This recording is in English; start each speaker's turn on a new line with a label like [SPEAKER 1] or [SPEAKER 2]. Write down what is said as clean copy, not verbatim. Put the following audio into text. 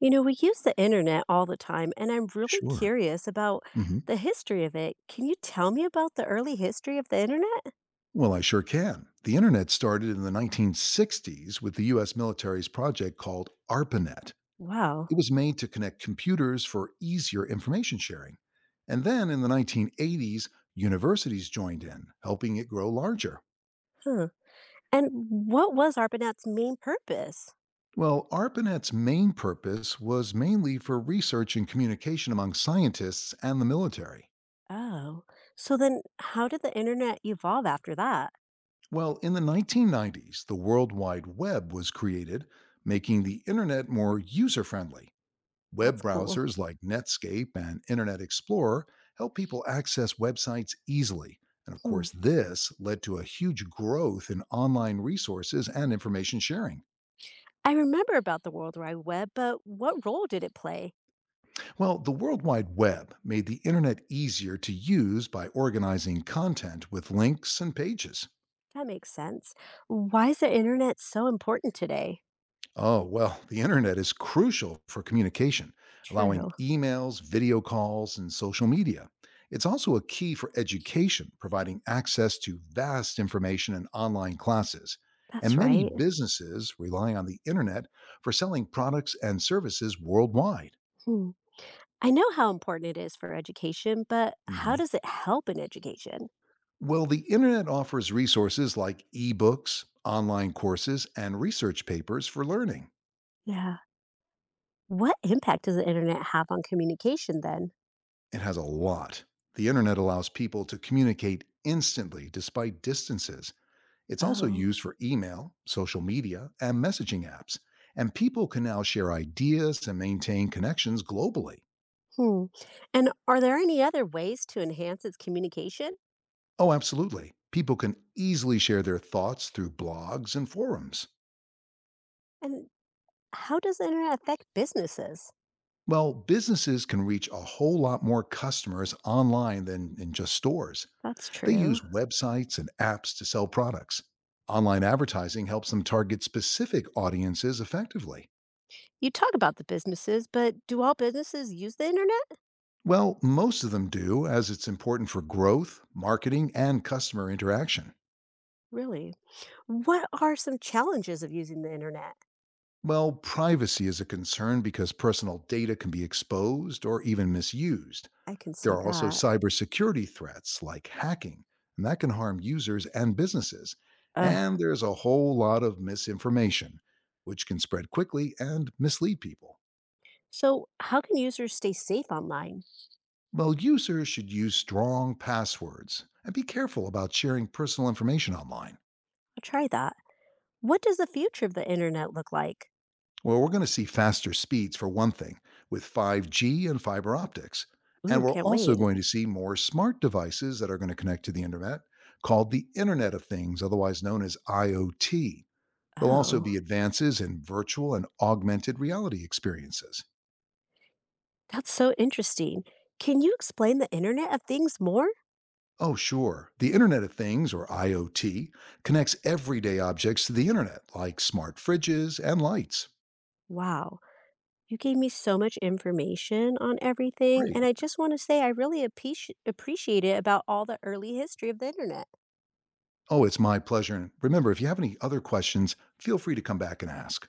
[SPEAKER 1] We use the internet all the time, and I'm really
[SPEAKER 2] Sure.
[SPEAKER 1] curious about
[SPEAKER 2] Mhm.
[SPEAKER 1] the history of it. Can you tell me about the early history of the internet?
[SPEAKER 2] Well, I sure can. The internet started in the 1960s with the US military's project called ARPANET.
[SPEAKER 1] Wow.
[SPEAKER 2] It was made to connect computers for easier information sharing. And then in the 1980s, universities joined in, helping it grow larger.
[SPEAKER 1] Huh. And what was ARPANET's main purpose?
[SPEAKER 2] Well, ARPANET's main purpose was mainly for research and communication among scientists and the military.
[SPEAKER 1] Oh, so then how did the internet evolve after that?
[SPEAKER 2] Well, in the 1990s, the World Wide Web was created, making the internet more user friendly. Web
[SPEAKER 1] That's cool.
[SPEAKER 2] browsers like Netscape and Internet Explorer help people access websites easily. And of
[SPEAKER 1] Hmm.
[SPEAKER 2] course, this led to a huge growth in online resources and information sharing.
[SPEAKER 1] I remember about the World Wide Web, but what role did it play?
[SPEAKER 2] Well, the World Wide Web made the internet easier to use by organizing content with links and pages.
[SPEAKER 1] That makes sense. Why is the internet so important today?
[SPEAKER 2] Oh, well, the internet is crucial for communication,
[SPEAKER 1] True.
[SPEAKER 2] allowing emails, video calls, and social media. It's also a key for education, providing access to vast information and online classes.
[SPEAKER 1] That's
[SPEAKER 2] And many
[SPEAKER 1] right.
[SPEAKER 2] businesses rely on the internet for selling products and services worldwide.
[SPEAKER 1] Hmm. I know how important it is for education, but how
[SPEAKER 2] Mhm.
[SPEAKER 1] does it help in education?
[SPEAKER 2] Well, the internet offers resources like ebooks, online courses, and research papers for learning.
[SPEAKER 1] Yeah. What impact does the internet have on communication then?
[SPEAKER 2] It has a lot. The internet allows people to communicate instantly despite distances. It's also
[SPEAKER 1] Oh,
[SPEAKER 2] used for email, social media, and messaging apps. And people can now share ideas and maintain connections globally.
[SPEAKER 1] hmm. And are there any other ways to enhance its communication?
[SPEAKER 2] Oh, absolutely. People can easily share their thoughts through blogs and forums.
[SPEAKER 1] And how does the internet affect businesses?
[SPEAKER 2] Well, businesses can reach a whole lot more customers online than in just stores.
[SPEAKER 1] That's
[SPEAKER 2] They
[SPEAKER 1] true.
[SPEAKER 2] use websites and apps to sell products. Online advertising helps them target specific audiences effectively.
[SPEAKER 1] You talk about the businesses, but do all businesses use the internet?
[SPEAKER 2] Well, most of them do, as it's important for growth, marketing, and customer interaction.
[SPEAKER 1] Really? What are some challenges of using the internet?
[SPEAKER 2] Well, privacy is a concern because personal data can be exposed or even misused.
[SPEAKER 1] I can
[SPEAKER 2] There
[SPEAKER 1] see
[SPEAKER 2] are also
[SPEAKER 1] that.
[SPEAKER 2] cybersecurity threats like hacking, and that can harm users and businesses.
[SPEAKER 1] Ugh.
[SPEAKER 2] And there's a whole lot of misinformation, which can spread quickly and mislead people.
[SPEAKER 1] So, how can users stay safe online?
[SPEAKER 2] Well, users should use strong passwords and be careful about sharing personal information online.
[SPEAKER 1] I'll try that. What does the future of the internet look like?
[SPEAKER 2] Well, we're going to see faster speeds for one thing with 5G and fiber optics.
[SPEAKER 1] Ooh,
[SPEAKER 2] And we're
[SPEAKER 1] can't
[SPEAKER 2] also
[SPEAKER 1] wait.
[SPEAKER 2] going to see more smart devices that are going to connect to the internet called the Internet of Things, otherwise known as IoT. There'll also be
[SPEAKER 1] Oh,
[SPEAKER 2] advances in virtual and augmented reality experiences.
[SPEAKER 1] that's so interesting. Can you explain the Internet of Things more?
[SPEAKER 2] Oh, sure. The Internet of Things, or IoT, connects everyday objects to the internet, like smart fridges and lights.
[SPEAKER 1] Wow, you gave me so much information on everything, and
[SPEAKER 2] Great.
[SPEAKER 1] I just want to say I really appreciate it about all the early history of the internet.
[SPEAKER 2] Oh, it's my pleasure. And remember, if you have any other questions, feel free to come back and ask.